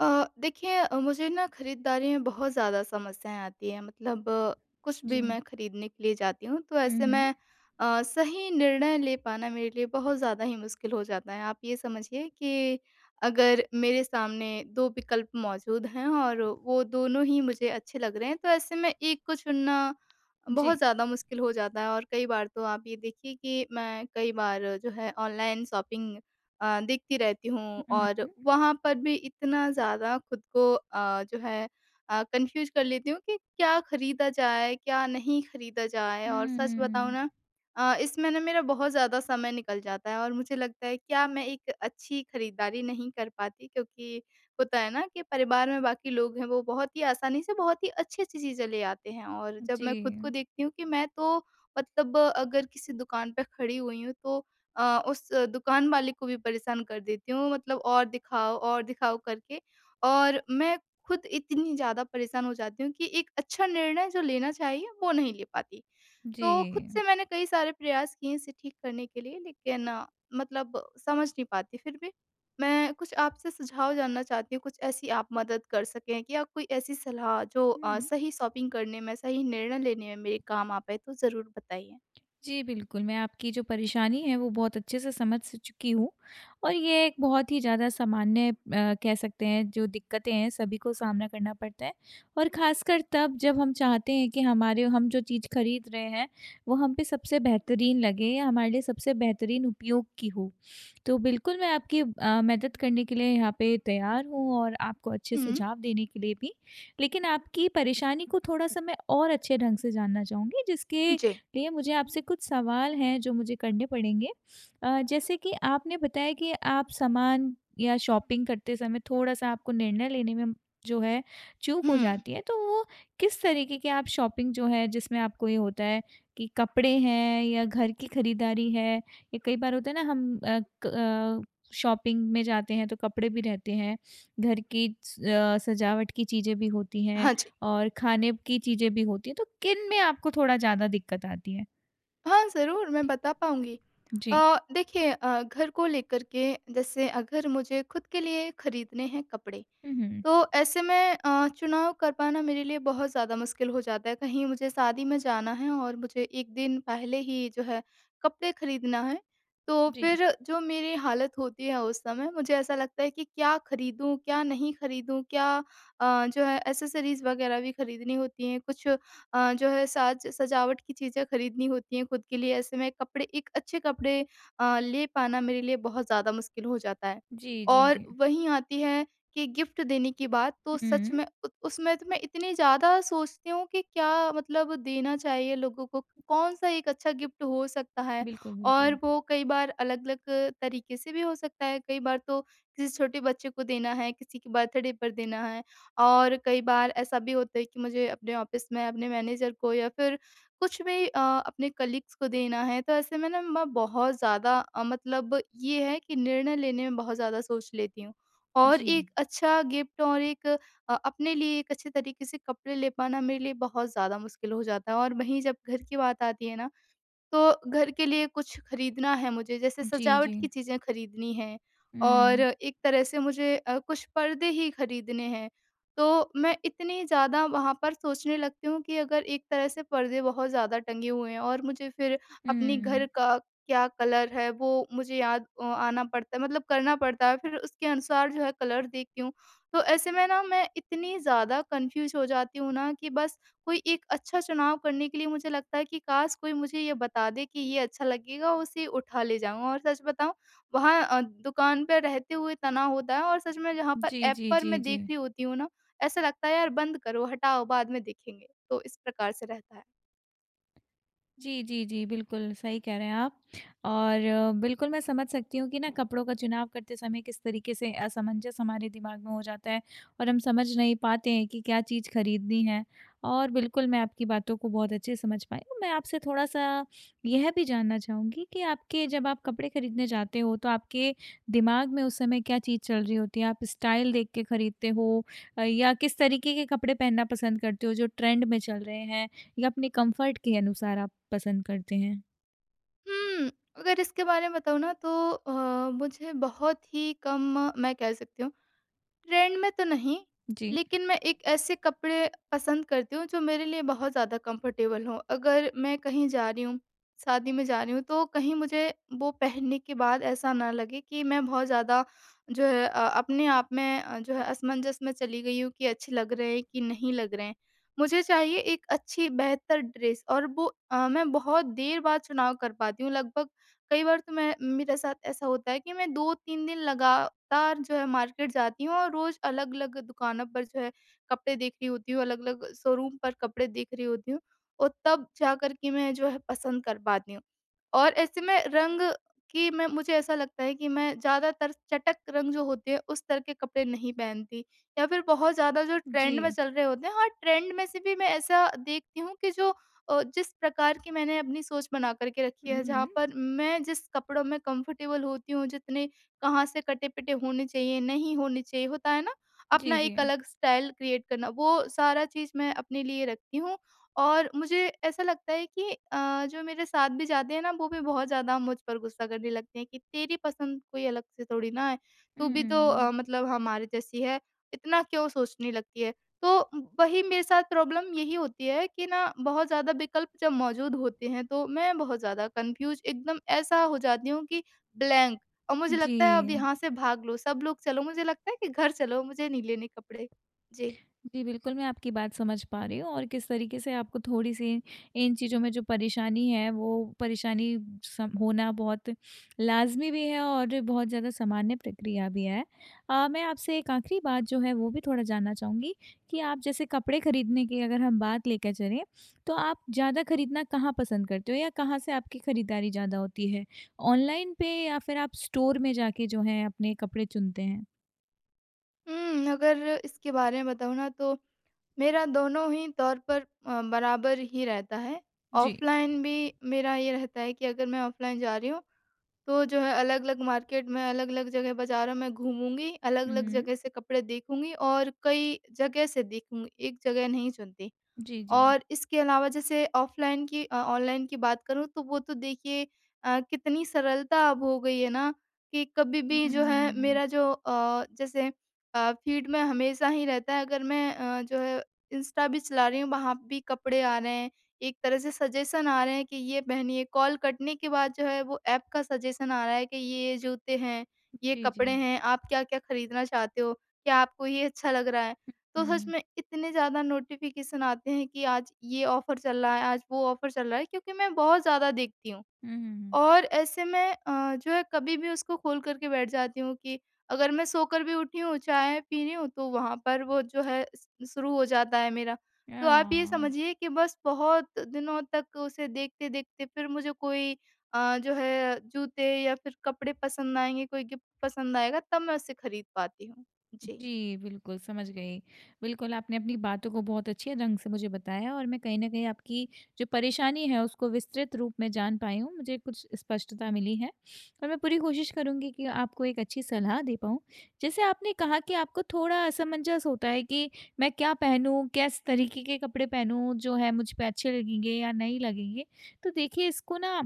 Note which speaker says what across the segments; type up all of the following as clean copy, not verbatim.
Speaker 1: देखिए, मुझे ना खरीदारी में बहुत ज़्यादा समस्याएँ आती हैं। मतलब, कुछ भी
Speaker 2: जी।
Speaker 1: मैं खरीदने के लिए जाती हूँ तो
Speaker 2: हुँ,
Speaker 1: ऐसे
Speaker 2: हुँ।
Speaker 1: में सही निर्णय ले पाना मेरे लिए बहुत ज़्यादा ही मुश्किल हो जाता है। आप ये समझिए कि अगर मेरे सामने 2 विकल्प मौजूद हैं और वो दोनों ही मुझे अच्छे लग रहे हैं, तो ऐसे में एक को चुनना
Speaker 2: जी।
Speaker 1: बहुत ज़्यादा मुश्किल हो जाता है। और कई बार तो आप ये देखिए कि मैं कई बार जो है ऑनलाइन शॉपिंग देखती रहती हूँ,
Speaker 2: हुँ,
Speaker 1: और
Speaker 2: हुँ।
Speaker 1: वहाँ पर भी इतना ज़्यादा खुद को जो है कंफ्यूज कर लेती हूँ कि क्या खरीदा जाए, क्या नहीं खरीदा जाए। और सच बताऊँ
Speaker 2: हुँ,
Speaker 1: ना, इसमें ना मेरा बहुत ज़्यादा समय निकल जाता है और मुझे लगता है क्या मैं एक अच्छी खरीदारी नहीं कर पाती, क्योंकि होता है ना कि परिवार में बाकी लोग हैं वो बहुत ही आसानी से बहुत ही अच्छी-अच्छी चीज़ें ले आते हैं। और जब मैं खुद को
Speaker 2: जी,
Speaker 1: देखती हूँ कि मैं तो मतलब अगर किसी दुकान पे खड़ी हुई हूँ तो उस दुकान वाले को भी परेशान कर देती हूँ, मतलब और दिखाओ करके। और मैं खुद इतनी ज़्यादा परेशान हो जाती हूँ कि एक अच्छा निर्णय जो लेना चाहिए वो नहीं ले पाती।
Speaker 2: जी।
Speaker 1: तो खुद से मैंने कई सारे प्रयास किए इसे ठीक करने के लिए, लेकिन मतलब समझ नहीं पाती फिर भी। मैं कुछ आपसे सुझाव जानना चाहती हूँ, कुछ ऐसी आप मदद कर सकें, क्या कोई ऐसी सलाह जो
Speaker 2: हुँ,
Speaker 1: सही शॉपिंग करने में, सही निर्णय लेने में मेरे काम आ पाए तो ज़रूर बताइए?
Speaker 2: जी, बिल्कुल, मैं आपकी जो परेशानी है वो बहुत अच्छे से समझ स चुकी हूँ। और ये एक बहुत ही ज़्यादा सामान्य, कह सकते हैं, जो दिक्कतें हैं सभी को सामना करना पड़ता है। और ख़ासकर तब जब हम चाहते हैं कि हमारे हम जो चीज़ खरीद रहे हैं वो हम पे सबसे बेहतरीन लगे या हमारे लिए सबसे बेहतरीन उपयोग की हो। तो बिल्कुल, मैं आपकी मदद करने के लिए यहाँ पे तैयार हूँ और आपको अच्छे
Speaker 1: हुँ,
Speaker 2: सुझाव देने के लिए भी। लेकिन आपकी परेशानी को थोड़ा-सा मैं और अच्छे ढंग से जानना चाहूँगी, जिसके
Speaker 1: जी।
Speaker 2: लिए मुझे आपसे कुछ सवाल हैं जो मुझे करने पड़ेंगे। जैसे कि आपने बताया कि आप सामान या शॉपिंग करते समय थोड़ा-सा आपको निर्णय लेने में जो है चूक हो
Speaker 1: हुँ।
Speaker 2: जाती है, तो वो किस तरीके की आप शॉपिंग जो है जिसमें आपको ये होता है कि कपड़े हैं या घर की खरीदारी है, या कई बार होता है ना हम क अ, शॉपिंग में जाते हैं तो कपड़े भी रहते हैं, घर की सजावट की चीज़ें भी होती हैं।
Speaker 1: हाँ जी।
Speaker 2: और खाने की चीज़ें भी होती हैं, तो किन में आपको थोड़ा ज़्यादा दिक्कत आती है?
Speaker 1: हाँ, ज़रूर, मैं बता पाऊँगी।
Speaker 2: जी।
Speaker 1: देखिए, घर को लेकर के जैसे अगर मुझे खुद के लिए खरीदने हैं कपड़े,
Speaker 2: हुँ, हुँ।
Speaker 1: तो ऐसे में चुनाव कर पाना मेरे लिए बहुत ज़्यादा मुश्किल हो जाता है। कहीं मुझे शादी में जाना है और मुझे 1 दिन पहले ही जो है कपड़े खरीदना है, तो
Speaker 2: जी।
Speaker 1: फिर जो मेरी हालत होती है उस समय मुझे ऐसा लगता है कि क्या खरीदूँ, क्या नहीं खरीदूँ? क्या जो है एक्सेसरीज़ वग़ैरह भी खरीदनी होती हैं, कुछ जो है साज सजावट की चीज़ें खरीदनी होती हैं खुद के लिए। ऐसे में कपड़े एक अच्छे कपड़े ले पाना मेरे लिए बहुत ज़्यादा मुश्किल हो जाता है।
Speaker 2: जी, जी,
Speaker 1: और
Speaker 2: जी।
Speaker 1: वहीं आती है कि गिफ्ट देने की बात, तो सच
Speaker 2: हुँ,
Speaker 1: में उ उसमें तो मैं इतनी ज़्यादा सोचती हूँ कि क्या मतलब देना चाहिए लोगों को, कौन-सा एक अच्छा गिफ्ट हो सकता है।
Speaker 2: बिल्कुल,
Speaker 1: और
Speaker 2: बिल्कुल।
Speaker 1: वो कई बार अलग-अलग तरीके से भी हो सकता है, कई बार तो किसी छोटे बच्चे को देना है, किसी के बर्थडे पर देना है, और कई बार ऐसा भी होता है कि मुझे अपने ऑफ़िस में अपने मैनेजर को या फिर कुछ भी अपने कलीग्स को देना है। तो ऐसे में ना मैं बहुत ज़्यादा मतलब ये है कि निर्णय लेने में बहुत ज़्यादा सोच लेती हूँ। और
Speaker 2: जी।
Speaker 1: एक अच्छा गिफ्ट और एक अपने लिए एक अच्छे तरीके से कपड़े ले पाना मेरे लिए बहुत ज़्यादा मुश्किल हो जाता है। और वहीं जब घर की बात आती है ना, तो घर के लिए कुछ खरीदना है मुझे, जैसे
Speaker 2: जी,
Speaker 1: सजावट
Speaker 2: जी।
Speaker 1: की चीज़ें खरीदनी हैं, और
Speaker 2: हुँ।
Speaker 1: एक तरह से मुझे कुछ पर्दे ही खरीदने हैं। तो मैं इतनी ज़्यादा वहाँ पर सोचने लगती हूँ कि अगर एक तरह से पर्दे बहुत ज़्यादा टंगे हुए हैं और मुझे फिर अपने
Speaker 2: हुँ।
Speaker 1: घर का क्या कलर है वो मुझे याद आना पड़ता है, मतलब करना पड़ता है, फिर उसके अनुसार जो है कलर देखती हूँ। तो ऐसे में ना मैं इतनी ज़्यादा कन्फ्यूज़ हो जाती हूँ ना कि बस कोई एक अच्छा चुनाव करने के लिए मुझे लगता है कि काश कोई मुझे ये बता दे कि ये अच्छा लगेगा, उसे उठा ले जाऊँ। और सच बताऊँ, वहाँ दुकान पे रहते हुए तनाव होता है, और सच में जहाँ पर
Speaker 2: जी,
Speaker 1: ऐप
Speaker 2: जी,
Speaker 1: पर
Speaker 2: जी,
Speaker 1: मैं
Speaker 2: जी।
Speaker 1: देख रही होती हूँ ना, ऐसा लगता है यार बंद करो, हटाओ, बाद में देखेंगे। तो इस प्रकार से रहता है।
Speaker 2: जी, जी, जी। बिल्कुल, सही कह रहे हैं आप। और बिल्कुल मैं समझ सकती हूँ कि ना कपड़ों का चुनाव करते समय किस तरीके से असमंजस हमारे दिमाग में हो जाता है और हम समझ नहीं पाते हैं कि क्या चीज़ खरीदनी है। और बिल्कुल मैं आपकी बातों को बहुत अच्छे से समझ पाई हूँ। मैं आपसे थोड़ा-सा यह भी जानना चाहूँगी कि आपके, जब आप कपड़े खरीदने जाते हो तो आपके दिमाग में उस समय क्या चीज़ चल रही होती है? आप स्टाइल देख के खरीदते हो, या किस तरीके के कपड़े पहनना पसंद करते हो जो ट्रेंड में चल रहे हैं? या अपने कंफर्ट के अनुसार आप पसंद करते हैं?
Speaker 1: हुँ, अगर इसके बारे में बताऊँ ना तो मुझे बहुत ही कम मैं कह सकती हूँ ट्रेंड में तो नहीं,
Speaker 2: जी,
Speaker 1: लेकिन मैं एक ऐसे कपड़े पसंद करती हूँ जो मेरे लिए बहुत ज़्यादा कंफर्टेबल हों। अगर मैं कहीं जा रही हूँ, शादी में जा रही हूँ, तो कहीं मुझे वो पहनने के बाद ऐसा ना लगे कि मैं बहुत ज़्यादा जो है अपने आप में जो है असमंजस में चली गई हूँ कि अच्छे लग रहे हैं कि नहीं लग रहे हैं। मुझे चाहिए एक अच्छी बेहतर ड्रेस, और वो मैं बहुत देर बाद चुनाव कर पाती हूँ लगभग। कई बार तो मैं मेरे साथ ऐसा होता है कि मैं 2-3 दिन लगातार जो है मार्केट जाती हूँ, और रोज़ अलग-अलग दुकानों पर जो है कपड़े देख रही होती हूँ, अलग-अलग शोरूम पर कपड़े देख रही होती हूँ, और तब जाकर के मैं जो है पसंद कर पाती हूँ। और ऐसे में रंग की मैं मुझे ऐसा लगता है कि मैं ज़्यादातर चटक रंग जो होते हैं उस तरह के कपड़े नहीं पहनती, या फिर बहुत ज़्यादा जो
Speaker 2: जी।
Speaker 1: ट्रेंड में चल रहे होते हैं, हाँ, ट्रेंड में से भी मैं ऐसा देखती हूँ कि जिस प्रकार की मैंने अपनी सोच बना करके रखी
Speaker 2: हुँ,
Speaker 1: है जहाँ
Speaker 2: हुँ।
Speaker 1: पर मैं जिस कपड़ों में कंफर्टेबल होती हूँ, जितने कहाँ से कटे-पिटे होने चाहिए, नहीं होने चाहिए, होता है ना? अपना
Speaker 2: जी, जी।
Speaker 1: एक अलग स्टाइल क्रिएट करना वो सारा चीज़ मैं अपने लिए रखती हूँ। और मुझे ऐसा लगता है कि जो मेरे साथ भी जाते हैं ना, वो भी बहुत ज़्यादा मुझ पर गुस्सा करने लगते हैं कि तेरी पसंद कोई अलग से थोड़ी ना है, तू भी तो
Speaker 2: हुँ,
Speaker 1: मतलब हमारे जैसी है, इतना क्यों सोचने लगती है। तो वही मेरे साथ प्रॉब्लम यही होती है कि ना बहुत ज़्यादा विकल्प जब मौजूद होते हैं, तो मैं बहुत ज़्यादा कन्फ्यूज़ एकदम ऐसा हो जाती हूँ कि ब्लैंक। और मुझे
Speaker 2: जी।
Speaker 1: लगता है अब यहाँ से भाग लो, सब लोग चलो, मुझे लगता है कि घर चलो, मुझे नहीं लेने कपड़े। जी।
Speaker 2: जी, बिल्कुल, मैं आपकी बात समझ पा रही हूँ, और किस तरीके से आपको थोड़ी-सी इन चीज़ों में जो परेशानी है, वो परेशानी सम होना बहुत लाज़मी भी है और बहुत ज़्यादा सामान्य प्रक्रिया भी है। मैं आपसे एक आखिरी बात जो है, वो भी थोड़ा जानना चाहूँगी कि आप जैसे कपड़े खरीदने की अगर हम बात लेकर चलें, तो आप ज़्यादा खरीदना कहाँ पसंद करते हो या कहाँ से आपकी खरीदारी ज़्यादा होती है? ऑनलाइन पे, या फिर आप स्टोर में जाके जो है, अपने कपड़े चुनते हैं?
Speaker 1: हुँ, अगर इसके बारे में बताऊँ ना तो मेरा दोनों ही तौर पर बराबर ही रहता है।
Speaker 2: जी।
Speaker 1: ऑफ़लाइन भी मेरा ये रहता है कि अगर मैं ऑफ़लाइन जा रही हूँ, तो जो है अलग-अलग मार्केट में, अलग-अलग जगह बाज़ारों में घूमूँगी,
Speaker 2: हुँ,
Speaker 1: अलग-अलग
Speaker 2: हुँ।
Speaker 1: जगह से कपड़े देखूँगी और कई जगह से देखूँगी, एक जगह नहीं चुनती।
Speaker 2: जी, जी।
Speaker 1: और इसके अलावा जैसे ऑफ़लाइन की ऑनलाइन की बात करूँ तो वो तो देखिए कितनी सरलता अब हो गई है ना कि कभी भी जो है
Speaker 2: हुँ।
Speaker 1: मेरा जो जैसे फ़ीड में हमेशा ही रहता है, अगर मैं जो है इंस्टा भी चला रही हूँ वहाँ भी कपड़े आ रहे हैं। एक तरह से सजेशन आ रहे हैं कि ये पहनिए, कॉल कटने के बाद जो है वो ऐप का सजेशन आ रहा है कि ये जूते हैं, ये
Speaker 2: जी, जी।
Speaker 1: कपड़े हैं, आप क्या-क्या खरीदना चाहते हो? क्या आपको ये अच्छा लग रहा है? तो
Speaker 2: हुँ,
Speaker 1: सच
Speaker 2: हुँ।
Speaker 1: में इतने ज़्यादा नोटिफ़िकेशन आते हैं कि आज ये ऑफ़र चल रहा है, आज वो ऑफ़र चल रहा है, क्योंकि मैं बहुत ज़्यादा देखती हूँ।
Speaker 2: हुँ, हुँ, हुँ।
Speaker 1: और ऐसे में जो है कभी भी उसको खोल कर के बैठ जाती हूँ कि अगर मैं सोकर भी उठी हूँ, चाय पी रही हूँ तो वहाँ पर वो जो है स शुरू हो जाता है मेरा।
Speaker 2: अ,
Speaker 1: तो आप ये समझिए कि बस बहुत दिनों तक उसे देखते-देखते फिर मुझे कोई जो है जूते या फिर कपड़े पसंद आएँगे, कोई गिफ्ट पसंद आएगा तब मैं उसे खरीद पाती हूँ। जी।
Speaker 2: जी, बिल्कुल समझ गई। बिल्कुल, आपने अपनी बातों को बहुत अच्छे ढंग से मुझे बताया और मैं कहीं न कहीं आपकी जो परेशानी है उसको विस्तृत रूप में जान पाई हूँ, मुझे कुछ स्पष्टता मिली है और मैं पूरी कोशिश करूँगी कि आपको एक अच्छी सलाह दे पाऊँ। जैसे आपने कहा कि आपको थोड़ा असमंजस होता है कि मैं क्या पहनूँ, किस तरीके के कपड़े पहनूँ जो है मुझ पे अच्छे लगेंगे या नहीं लगेंगे। तो देखिए, इसको ना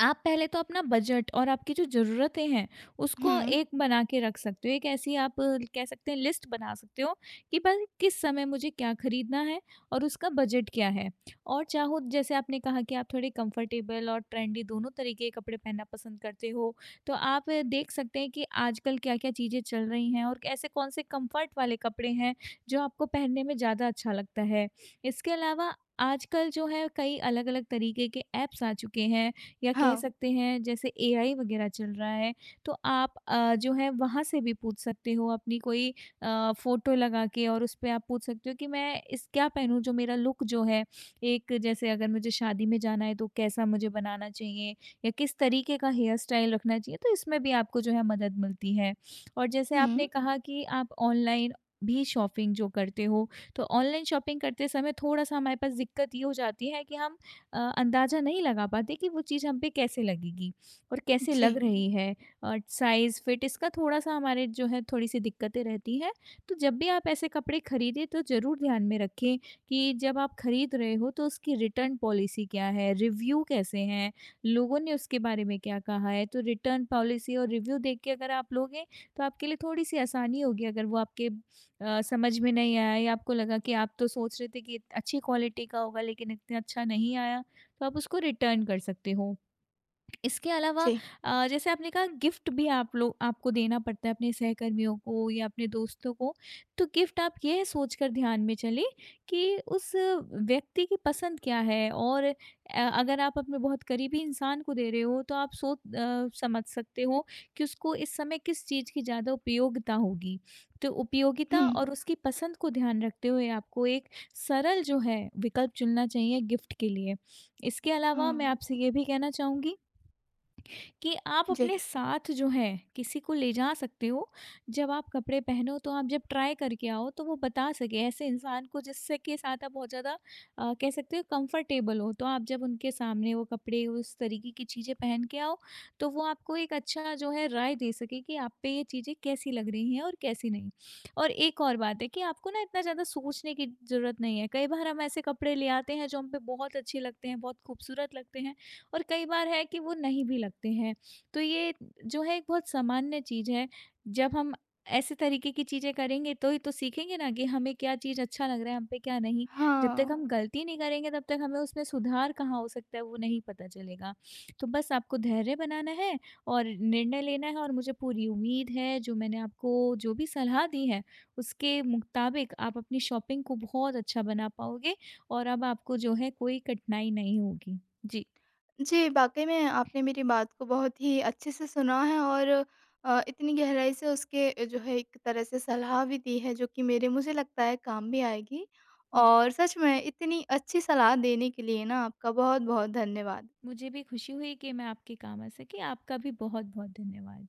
Speaker 2: आप पहले तो अपना बजट और आपकी जो ज़रूरतें हैं, उसको
Speaker 1: हुँ।
Speaker 2: एक बना के रख सकते हो। एक ऐसी आप, कह सकते हैं, लिस्ट बना सकते हो कि बस किस समय मुझे क्या खरीदना है और उसका बजट क्या है। और चाहो, जैसे आपने कहा कि आप थोड़े कंफर्टेबल और ट्रेंडी दोनों तरीके के कपड़े पहनना पसंद करते हो, तो आप देख सकते हैं कि आजकल क्या-क्या चीज़ें चल रही हैं और ऐसे कौन से कंफर्ट वाले कपड़े हैं, जो आपको पहनने में ज़्यादा अच्छा लगता है। इसके अलावा आजकल जो है कई अलग-अलग तरीके के ऐप्स आ चुके हैं, या कह
Speaker 1: हाँ।
Speaker 2: सकते हैं जैसे एआई वगैरह चल रहा है, तो आप जो है वहाँ से भी पूछ सकते हो, अपनी कोई फ़ोटो लगा के, और उस पे आप पूछ सकते हो कि मैं इस क्या पहनूँ जो मेरा लुक जो है एक, जैसे अगर मुझे शादी में जाना है तो कैसा मुझे बनाना चाहिए या किस तरीके का हेयर स्टाइल रखना चाहिए, तो इसमें भी आपको जो है मदद मिलती है। और जैसे आपने
Speaker 1: हुँ।
Speaker 2: कहा कि आप ऑनलाइन भी शॉपिंग जो करते हो, तो ऑनलाइन शॉपिंग करते समय थोड़ा-सा हमारे पास दिक्कत ये हो जाती है कि हम अंदाज़ा नहीं लगा पाते कि वो चीज़ हम पे कैसे लगेगी और कैसे लग
Speaker 1: जी,
Speaker 2: रही है, और साइज़ फिट इसका थोड़ा-सा हमारे जो है थोड़ी-सी दिक्कतें रहती हैं। तो जब भी आप ऐसे कपड़े खरीदें तो ज़रूर ध्यान में रखें कि जब आप खरीद रहे हो तो उसकी रिटर्न पॉलिसी क्या है, रिव्यू कैसे हैं, लोगों ने उसके बारे में क्या कहा है। तो रिटर्न पॉलिसी और रिव्यू देख के अगर आप लोगे तो आपके लिए थोड़ी-सी आसानी होगी। अगर वो आपके समझ में नहीं आया या आपको लगा कि आप तो सोच रहे थे कि अच्छी क्वालिटी का होगा, लेकिन इतना अच्छा नहीं आया, तो आप उसको रिटर्न कर सकते हो। इसके अलावा
Speaker 1: जी।
Speaker 2: जैसे आपने कहा, गिफ्ट भी आप लोग आपको देना पड़ता है अपने सहकर्मियों को या अपने दोस्तों को, तो गिफ्ट आप यह सोचकर ध्यान में चले कि उस व्यक्ति की पसंद क्या है, और अगर आप अपने बहुत करीबी इंसान को दे रहे हो तो आप सोच समझ सकते हो कि उसको इस समय किस चीज़ की ज़्यादा उपयोगिता होगी। तो उपयोगिता
Speaker 1: हुँ,
Speaker 2: और उसकी पसंद को ध्यान रखते हुए आपको एक सरल जो है विकल्प चुनना चाहिए गिफ्ट के लिए। इसके अलावा मैं
Speaker 1: हाँ,
Speaker 2: आपसे ये भी कहना चाहूँगी कि आप
Speaker 1: जी।
Speaker 2: अपने साथ जो है किसी को ले जा सकते हो। जब आप कपड़े पहनो, तो आप जब ट्राई करके आओ तो वो बता सके, ऐसे इंसान को जिससे के साथ आप बहुत ज़्यादा कह सकते हो कंफर्टेबल हो। तो आप जब उनके सामने वो कपड़े, उस तरीके की चीज़ें पहन के आओ, तो वो आपको एक अच्छा जो है राय दे सके कि आप पे ये चीज़ें कैसी लग रही हैं और कैसी नहीं। और एक और बात है कि आपको ना इतना ज़्यादा सोचने की ज़रूरत नहीं है। कई बार हम ऐसे कपड़े ले आते हैं जो हम पे बहुत अच्छे लगते हैं, बहुत खूबसूरत लगते हैं, और कई बार है कि वो नहीं भी लगते हैं। तो ये जो है एक बहुत सामान्य चीज़ है। जब हम ऐसे तरीके की चीज़ें करेंगे तो ही तो सीखेंगे ना कि हमें क्या चीज़ अच्छा लग रहा है, हम पे क्या नहीं। जब तक
Speaker 1: हाँ,
Speaker 2: हम गलती नहीं करेंगे तब तक हमें उसमें सुधार कहाँ हो सकता है वो नहीं पता चलेगा। तो बस आपको धैर्य बनाना है और निर्णय लेना है, और मुझे पूरी उम्मीद है, जो मैंने आपको जो भी सलाह दी है उसके मुताबिक आप अपनी शॉपिंग को बहुत अच्छा बना पाओगे और अब आपको जो है कोई कठिनाई नहीं होगी। जी।
Speaker 1: जी, वाक़ई में आपने मेरी बात को बहुत ही अच्छे से सुना है, और इतनी गहराई से उसके जो है एक तरह से सलाह भी दी है जो कि मेरे मुझे लगता है काम भी आएगी। और सच में इतनी अच्छी सलाह देने के लिए ना आपका बहुत-बहुत धन्यवाद।
Speaker 2: मुझे भी खुशी हुई कि मैं आपके काम आ सकी। आपका भी बहुत-बहुत धन्यवाद।